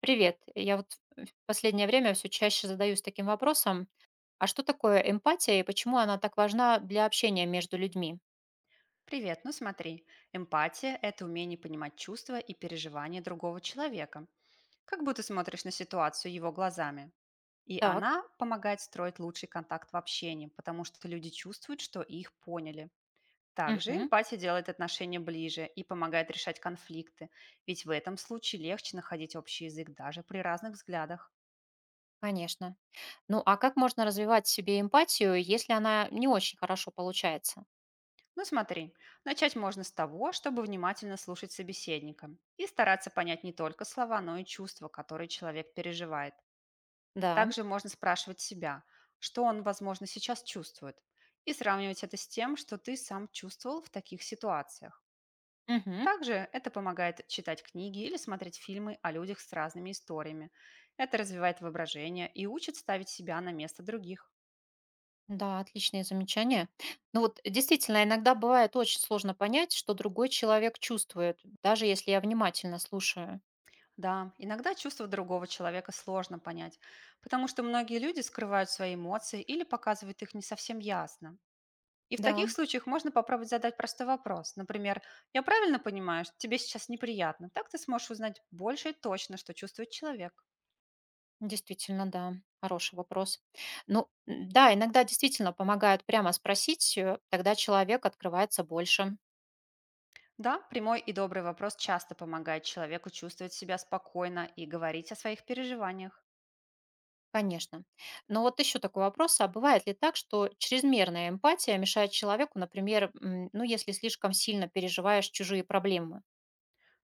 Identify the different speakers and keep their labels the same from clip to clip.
Speaker 1: Привет. Я вот в последнее время все чаще задаюсь таким вопросом, а что такое эмпатия и почему она так важна для общения между людьми?
Speaker 2: Привет, ну смотри, эмпатия– это умение понимать чувства и переживания другого человека, как будто смотришь на ситуацию его глазами. И
Speaker 1: Так,
Speaker 2: она помогает строить лучший контакт в общении, потому что люди чувствуют, что их поняли. Также
Speaker 1: мгм,
Speaker 2: эмпатия делает отношения ближе и помогает решать конфликты, ведь в этом случае легче находить общий язык даже при разных взглядах.
Speaker 1: конечно. Ну а как можно развивать в себе эмпатию, если она не очень хорошо получается?
Speaker 2: Ну смотри, начать можно с того, чтобы внимательно слушать собеседника и стараться понять не только слова, но и чувства, которые человек переживает.
Speaker 1: Да,
Speaker 2: Также можно спрашивать себя, что он, возможно, сейчас чувствует, и сравнивать это с тем, что ты сам чувствовал в таких ситуациях.
Speaker 1: мгм,
Speaker 2: Также это помогает читать книги или смотреть фильмы о людях с разными историями. Это развивает воображение и учит ставить себя на место других.
Speaker 1: да, отличные замечания. Ну вот действительно, иногда бывает очень сложно понять, что другой человек чувствует, даже если я внимательно слушаю.
Speaker 2: Да, иногда чувства другого человека сложно понять, потому что многие люди скрывают свои эмоции или показывают их не совсем ясно. И в
Speaker 1: Да,
Speaker 2: таких случаях можно попробовать задать простой вопрос. Например, «Я правильно понимаю, что тебе сейчас неприятно?» Так ты сможешь узнать больше и точно, что чувствует человек.
Speaker 1: действительно, да, хороший вопрос. Ну, м, да, иногда действительно помогает прямо спросить, тогда человек открывается больше.
Speaker 2: Да, прямой и добрый вопрос часто помогает человеку чувствовать себя спокойно и говорить о своих переживаниях.
Speaker 1: Конечно. Но вот еще такой вопрос, а бывает ли так, что чрезмерная эмпатия мешает человеку, например, м, ну, если слишком сильно переживаешь чужие проблемы?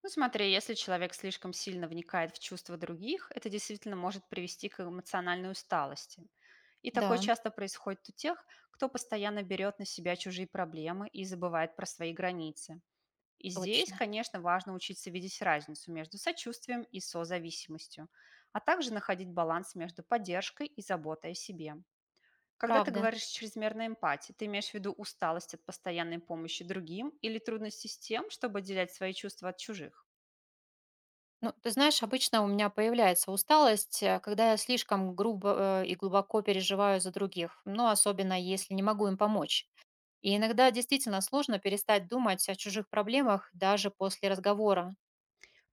Speaker 2: Ну смотри, если человек слишком сильно вникает в чувства других, это действительно может привести к эмоциональной усталости. И такое
Speaker 1: Да,
Speaker 2: часто происходит у тех, кто постоянно берет на себя чужие проблемы и забывает про свои границы. И здесь,
Speaker 1: точно,
Speaker 2: конечно, важно учиться видеть разницу между сочувствием и созависимостью, а также находить баланс между поддержкой и заботой о себе. Когда ты
Speaker 1: правда.
Speaker 2: говоришь о чрезмерной эмпатии, ты имеешь в виду усталость от постоянной помощи другим или трудности с тем, чтобы отделять свои чувства от чужих?
Speaker 1: Ну, ты знаешь, обычно у меня появляется усталость, когда я слишком грубо и глубоко переживаю за других, ну, особенно если не могу им помочь. И иногда действительно сложно перестать думать о чужих проблемах даже после разговора.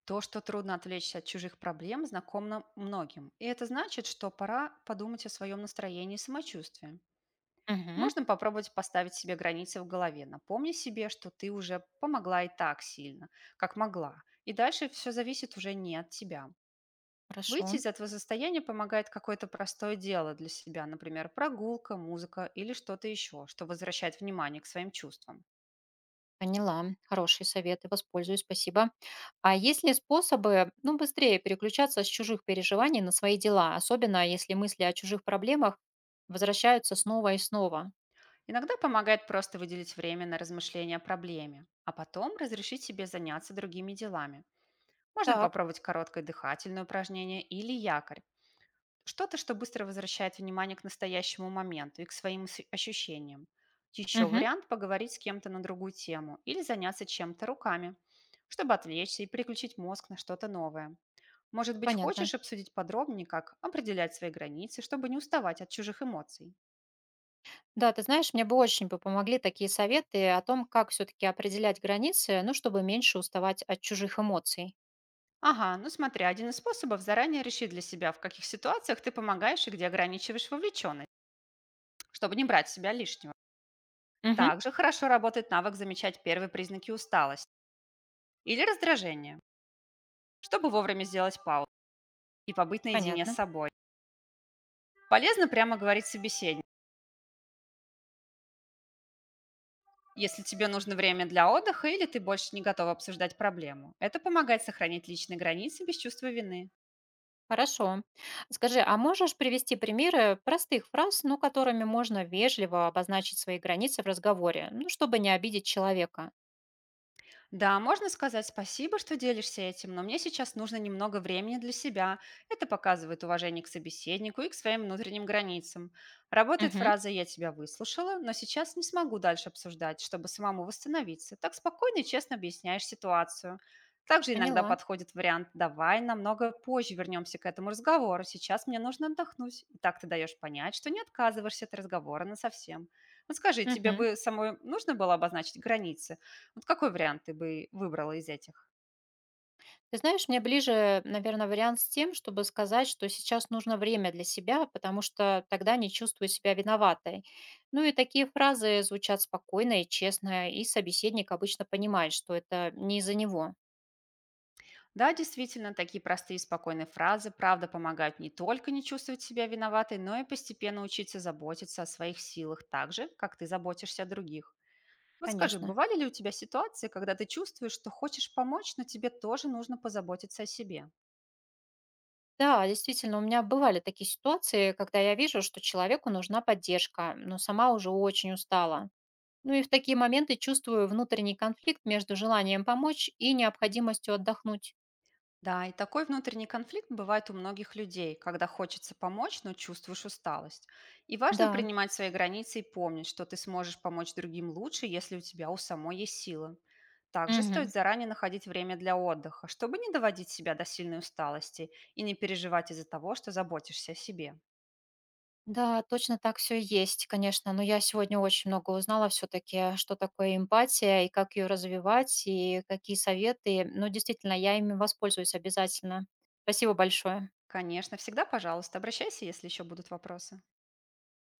Speaker 2: То, что трудно отвлечься от чужих проблем, знакомо многим. И это значит, что пора подумать о своем настроении и самочувствии.
Speaker 1: Мгм.
Speaker 2: Можно попробовать поставить себе границы в голове. Напомни себе, что ты уже помогла и так сильно, как могла. И дальше все зависит уже не от тебя.
Speaker 1: Хорошо.
Speaker 2: Выйти из этого состояния помогает какое-то простое дело для себя, например, прогулка, музыка или что-то еще, что возвращает внимание к своим чувствам.
Speaker 1: Поняла. Хорошие советы. Воспользуюсь. Спасибо. А есть ли способы, ну, быстрее переключаться с чужих переживаний на свои дела, особенно если мысли о чужих проблемах возвращаются снова и снова?
Speaker 2: Иногда помогает просто выделить время на размышления о проблеме, а потом разрешить себе заняться другими делами. Можно
Speaker 1: Так.
Speaker 2: попробовать короткое дыхательное упражнение или якорь, что-то, что быстро возвращает внимание к настоящему моменту и к своим ощущениям. Еще
Speaker 1: Мгм.
Speaker 2: вариант– поговорить с кем-то на другую тему или заняться чем-то руками, чтобы отвлечься и переключить мозг на что-то новое. Может быть,
Speaker 1: Понятно.
Speaker 2: хочешь обсудить подробнее, как определять свои границы, чтобы не уставать от чужих эмоций?
Speaker 1: Да, ты знаешь, мне бы очень бы помогли такие советы о том, как все-таки определять границы, ну, чтобы меньше уставать от чужих эмоций.
Speaker 2: Ага, ну смотри, один из способов заранее решить для себя, в каких ситуациях ты помогаешь и где ограничиваешь вовлеченность, чтобы не брать с себя лишнего.
Speaker 1: Мгм.
Speaker 2: Также хорошо работает навык замечать первые признаки усталости или раздражения, чтобы вовремя сделать паузу и побыть наедине с
Speaker 1: Понятно.
Speaker 2: собой. Полезно прямо говорить собеседнику, если тебе нужно время для отдыха или ты больше не готова обсуждать проблему. Это помогает сохранить личные границы без чувства вины.
Speaker 1: Хорошо. Скажи, а можешь привести примеры простых фраз, ну, которыми можно вежливо обозначить свои границы в разговоре, ну, чтобы не обидеть человека?
Speaker 2: Да, можно сказать спасибо, что делишься этим, но мне сейчас нужно немного времени для себя. Это показывает уважение к собеседнику и к своим внутренним границам. Работает
Speaker 1: Мгм.
Speaker 2: фраза «я тебя выслушала, но сейчас не смогу дальше обсуждать, чтобы самому восстановиться». Так спокойно и честно объясняешь ситуацию. Также иногда
Speaker 1: Поняла.
Speaker 2: подходит вариант «давай намного позже вернемся к этому разговору, сейчас мне нужно отдохнуть». И так ты даешь понять, что не отказываешься от разговора насовсем. Ну скажи, тебе
Speaker 1: Мгм.
Speaker 2: бы самой нужно было обозначить границы? Вот какой вариант ты бы выбрала из этих?
Speaker 1: Ты знаешь, мне ближе, наверное, вариант с тем, чтобы сказать, что сейчас нужно время для себя, потому что тогда не чувствую себя виноватой. Ну и такие фразы звучат спокойно и честно, и собеседник обычно понимает, что это не из-за него.
Speaker 2: Да, действительно, такие простые и спокойные фразы, правда, помогают не только не чувствовать себя виноватой, но и постепенно учиться заботиться о своих силах так же, как ты заботишься о других. Вот скажи,
Speaker 1: Конечно.
Speaker 2: бывали ли у тебя ситуации, когда ты чувствуешь, что хочешь помочь, но тебе тоже нужно позаботиться о себе?
Speaker 1: Да, действительно, у меня бывали такие ситуации, когда я вижу, что человеку нужна поддержка, но сама уже очень устала. Ну и в такие моменты чувствую внутренний конфликт между желанием помочь и необходимостью отдохнуть.
Speaker 2: Да, и такой внутренний конфликт бывает у многих людей, когда хочется помочь, но чувствуешь усталость. И важно
Speaker 1: Да.
Speaker 2: принимать свои границы и помнить, что ты сможешь помочь другим лучше, если у тебя у самой есть силы. Также стоит
Speaker 1: Мгм.
Speaker 2: заранее находить время для отдыха, чтобы не доводить себя до сильной усталости и не переживать из-за того, что заботишься о себе.
Speaker 1: Да, точно так все есть, конечно, но я сегодня очень много узнала все-таки, что такое эмпатия и как ее развивать, и какие советы. Но действительно, я ими воспользуюсь обязательно. Спасибо большое.
Speaker 2: Конечно, всегда, пожалуйста, обращайся, если еще будут вопросы.